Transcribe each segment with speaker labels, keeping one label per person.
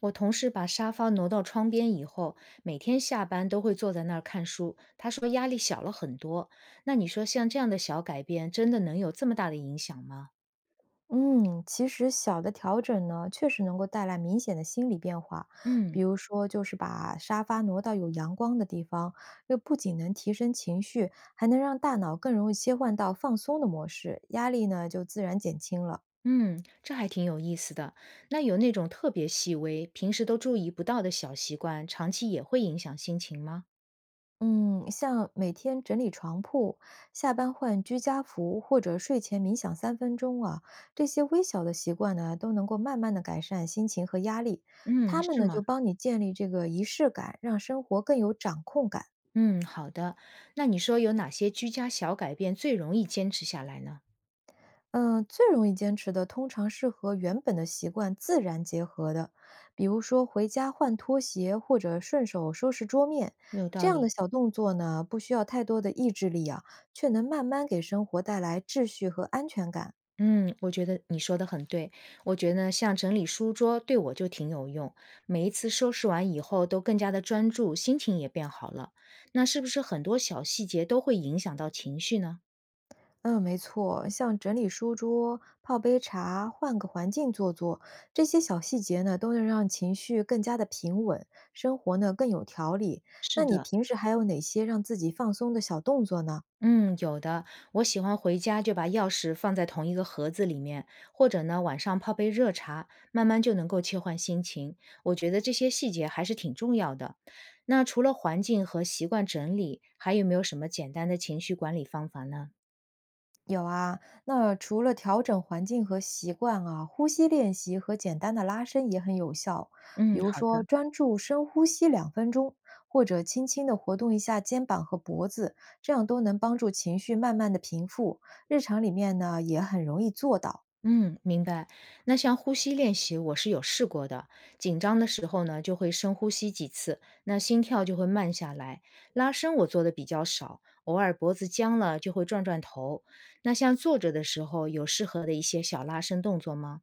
Speaker 1: 我同事把沙发挪到窗边以后，每天下班都会坐在那儿看书。他说压力小了很多。那你说像这样的小改变，真的能有这么大的影响吗？
Speaker 2: 嗯，其实小的调整呢，确实能够带来明显的心理变化。
Speaker 1: 嗯
Speaker 2: 比如说，就是把沙发挪到有阳光的地方，又不仅能提升情绪，还能让大脑更容易切换到放松的模式，压力呢就自然减轻了。
Speaker 1: 嗯，这还挺有意思的。那有那种特别细微、平时都注意不到的小习惯，长期也会影响心情吗？
Speaker 2: 嗯，像每天整理床铺、下班换居家服或者睡前冥想3分钟啊，这些微小的习惯呢，都能够慢慢的改善心情和压力。
Speaker 1: 嗯，
Speaker 2: 他们
Speaker 1: 是
Speaker 2: 呢就
Speaker 1: 吗？
Speaker 2: 帮你建立这个仪式感，让生活更有掌控感。
Speaker 1: 嗯，好的。那你说有哪些居家小改变最容易坚持下来呢？
Speaker 2: 嗯，最容易坚持的通常是和原本的习惯自然结合的，比如说回家换拖鞋或者顺手收拾桌面，
Speaker 1: 没有
Speaker 2: 这
Speaker 1: 道
Speaker 2: 样的
Speaker 1: 理。
Speaker 2: 小动作呢，不需要太多的意志力啊，却能慢慢给生活带来秩序和安全感。
Speaker 1: 嗯，我觉得你说的很对。我觉得呢像整理书桌对我就挺有用，每一次收拾完以后都更加的专注，心情也变好了。那是不是很多小细节都会影响到情绪呢？
Speaker 2: 嗯，没错，像整理书桌、泡杯茶、换个环境坐坐，这些小细节呢，都能让情绪更加的平稳，生活呢更有条理。
Speaker 1: 是
Speaker 2: 那你
Speaker 1: 的，
Speaker 2: 平时还有哪些让自己放松的小动作呢？
Speaker 1: 嗯，有的。我喜欢回家就把钥匙放在同一个盒子里面，或者呢，晚上泡杯热茶，慢慢就能够切换心情。我觉得这些细节还是挺重要的。那除了环境和习惯整理，还有没有什么简单的情绪管理方法呢？
Speaker 2: 有啊，那除了调整环境和习惯啊，呼吸练习和简单的拉伸也很有效。比
Speaker 1: 嗯，
Speaker 2: 如
Speaker 1: 好
Speaker 2: 说，
Speaker 1: 的。
Speaker 2: 专注深呼吸2分钟，或者轻轻地活动一下肩膀和脖子，这样都能帮助情绪慢慢的平复。日常里面呢，也很容易做到。
Speaker 1: 嗯，明白。那像呼吸练习，我是有试过的。紧张的时候呢，就会深呼吸几次，那心跳就会慢下来。拉伸我做的比较少，偶尔脖子僵了就会转转头。那像坐着的时候，有适合的一些小拉伸动作吗？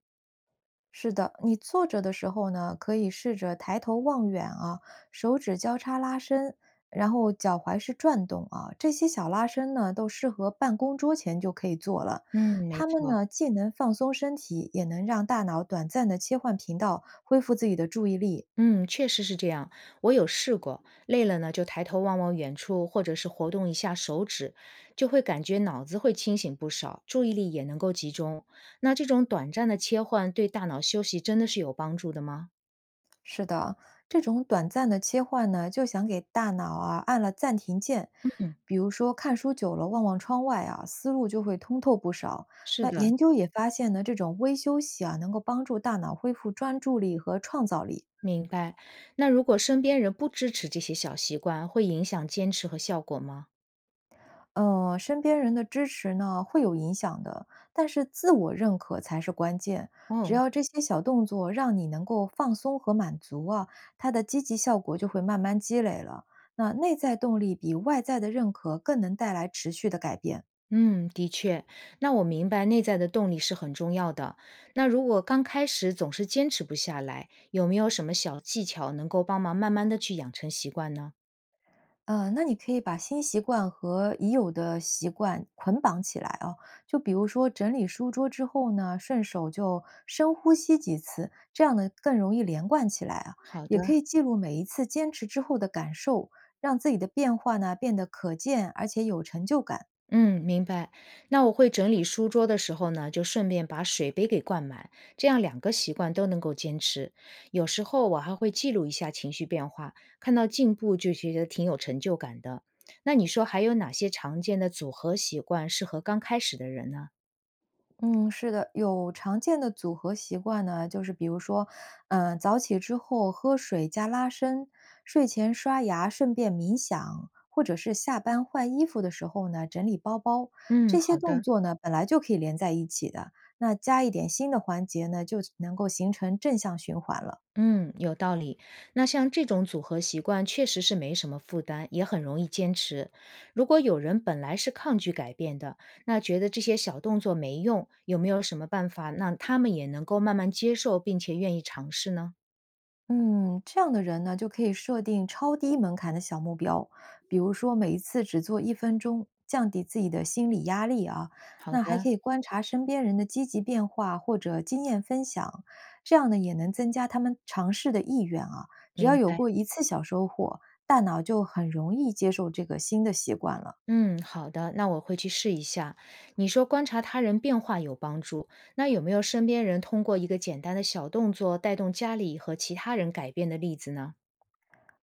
Speaker 2: 是的，你坐着的时候呢，可以试着抬头望远啊，手指交叉拉伸，然后脚踝是转动啊。这些小拉伸呢，都适合办公桌前就可以做了。
Speaker 1: 嗯，没
Speaker 2: 它们
Speaker 1: 错。
Speaker 2: 呢，既能放松身体，也能让大脑短暂的切换频道，恢复自己的注意力。
Speaker 1: 嗯，确实是这样。我有试过，累了呢就抬头望望远处，或者是活动一下手指，就会感觉脑子会清醒不少，注意力也能够集中。那这种短暂的切换对大脑休息真的是有帮助的吗？
Speaker 2: 是的，这种短暂的切换呢，就想给大脑啊按了暂停键。
Speaker 1: 嗯，
Speaker 2: 比如说看书久了，望望窗外啊，思路就会通透不少。
Speaker 1: 是
Speaker 2: 那
Speaker 1: 的，
Speaker 2: 研究也发现呢，这种微休息啊，能够帮助大脑恢复专注力和创造力，
Speaker 1: 明白。那如果身边人不支持这些小习惯，会影响坚持和效果吗？
Speaker 2: 身边人的支持呢会有影响的，但是自我认可才是关键。只
Speaker 1: 哦，
Speaker 2: 要这些小动作让你能够放松和满足啊，它的积极效果就会慢慢积累了。那内在动力比外在的认可更能带来持续的改变。
Speaker 1: 嗯，的确，那我明白内在的动力是很重要的。那如果刚开始总是坚持不下来，有没有什么小技巧能够帮忙慢慢的去养成习惯呢？
Speaker 2: 那你可以把新习惯和已有的习惯捆绑起来啊，就比如说整理书桌之后呢，顺手就深呼吸几次，这样呢更容易连贯起来啊。
Speaker 1: 好
Speaker 2: 也
Speaker 1: 的，
Speaker 2: 可以记录每一次坚持之后的感受，让自己的变化呢变得可见而且有成就感。
Speaker 1: 嗯，明白。那我会整理书桌的时候呢，就顺便把水杯给灌满，这样两个习惯都能够坚持。有时候我还会记录一下情绪变化，看到进步就觉得挺有成就感的。那你说还有哪些常见的组合习惯适合刚开始的人呢？
Speaker 2: 嗯，是的，有常见的组合习惯呢，就是比如说，早起之后喝水加拉伸，睡前刷牙顺便冥想，或者是下班换衣服的时候呢整理包包，
Speaker 1: 嗯，
Speaker 2: 这些
Speaker 1: 好
Speaker 2: 动
Speaker 1: 的。
Speaker 2: 作呢本来就可以连在一起的，那加一点新的环节呢，就能够形成正向循环了。
Speaker 1: 嗯，有道理。那像这种组合习惯，确实是没什么负担，也很容易坚持。如果有人本来是抗拒改变的，那觉得这些小动作没用，有没有什么办法让他们也能够慢慢接受，并且愿意尝试呢？
Speaker 2: 嗯，这样的人呢，就可以设定超低门槛的小目标，比如说每一次只做1分钟，降低自己的心理压力啊。
Speaker 1: 好
Speaker 2: 那还可
Speaker 1: 的，
Speaker 2: 以观察身边人的积极变化或者经验分享，这样呢也能增加他们尝试的意愿啊。只要
Speaker 1: 明
Speaker 2: 有
Speaker 1: 白。
Speaker 2: 过一次小收获，大脑就很容易接受这个新的习惯了。
Speaker 1: 嗯，好的，那我会去试一下。你说观察他人变化有帮助，那有没有身边人通过一个简单的小动作带动家里和其他人改变的例子呢？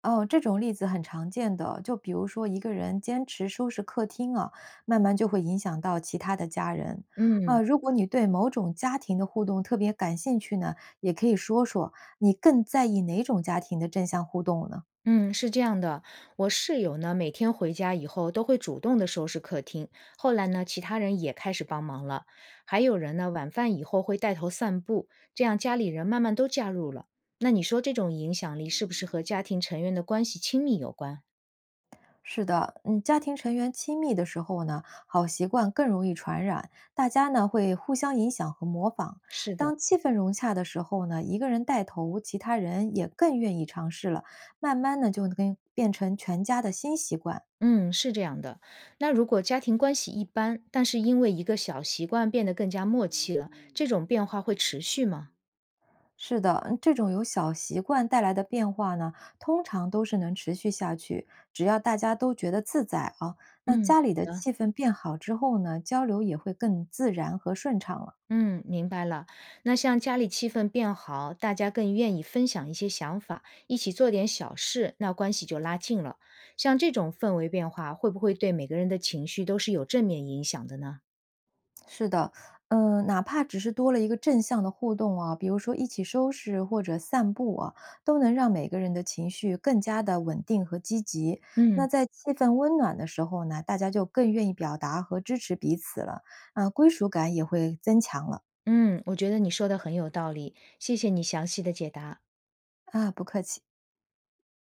Speaker 2: 哦，这种例子很常见的，就比如说一个人坚持收拾客厅啊，慢慢就会影响到其他的家人啊。
Speaker 1: 嗯。
Speaker 2: 如果你对某种家庭的互动特别感兴趣呢，也可以说说你更在意哪种家庭的正向互动呢？
Speaker 1: 嗯，是这样的，我室友呢，每天回家以后都会主动的收拾客厅。后来呢，其他人也开始帮忙了，还有人呢，晚饭以后会带头散步，这样家里人慢慢都加入了。那你说这种影响力是不是和家庭成员的关系亲密有关？
Speaker 2: 是的，嗯，家庭成员亲密的时候呢，好习惯更容易传染，大家呢会互相影响和模仿。
Speaker 1: 是的，
Speaker 2: 当气氛融洽的时候呢，一个人带头，其他人也更愿意尝试了，慢慢呢就跟变成全家的新习惯。
Speaker 1: 嗯，是这样的。那如果家庭关系一般，但是因为一个小习惯变得更加默契了，这种变化会持续吗？
Speaker 2: 是的，嗯这种由小习惯带来的变化呢，通常都是能持续下去，只要大家都觉得自在啊，那
Speaker 1: 嗯，
Speaker 2: 家里
Speaker 1: 好
Speaker 2: 的
Speaker 1: 的。
Speaker 2: 气氛变好之后呢，交流也会更自然和顺畅了。
Speaker 1: 嗯，明白了。那像家里气氛变好，大家更愿意分享一些想法，一起做点小事，那关系就拉近了。像这种氛围变化，会不会对每个人的情绪都是有正面影响的呢？
Speaker 2: 是的，嗯，哪怕只是多了一个正向的互动啊，比如说一起收拾或者散步啊，都能让每个人的情绪更加的稳定和积极。那
Speaker 1: 嗯
Speaker 2: 在气氛温暖的时候呢，大家就更愿意表达和支持彼此了，啊，归属感也会增强了。
Speaker 1: 嗯，我觉得你说的很有道理，谢谢你详细的解答。
Speaker 2: 啊，不客气。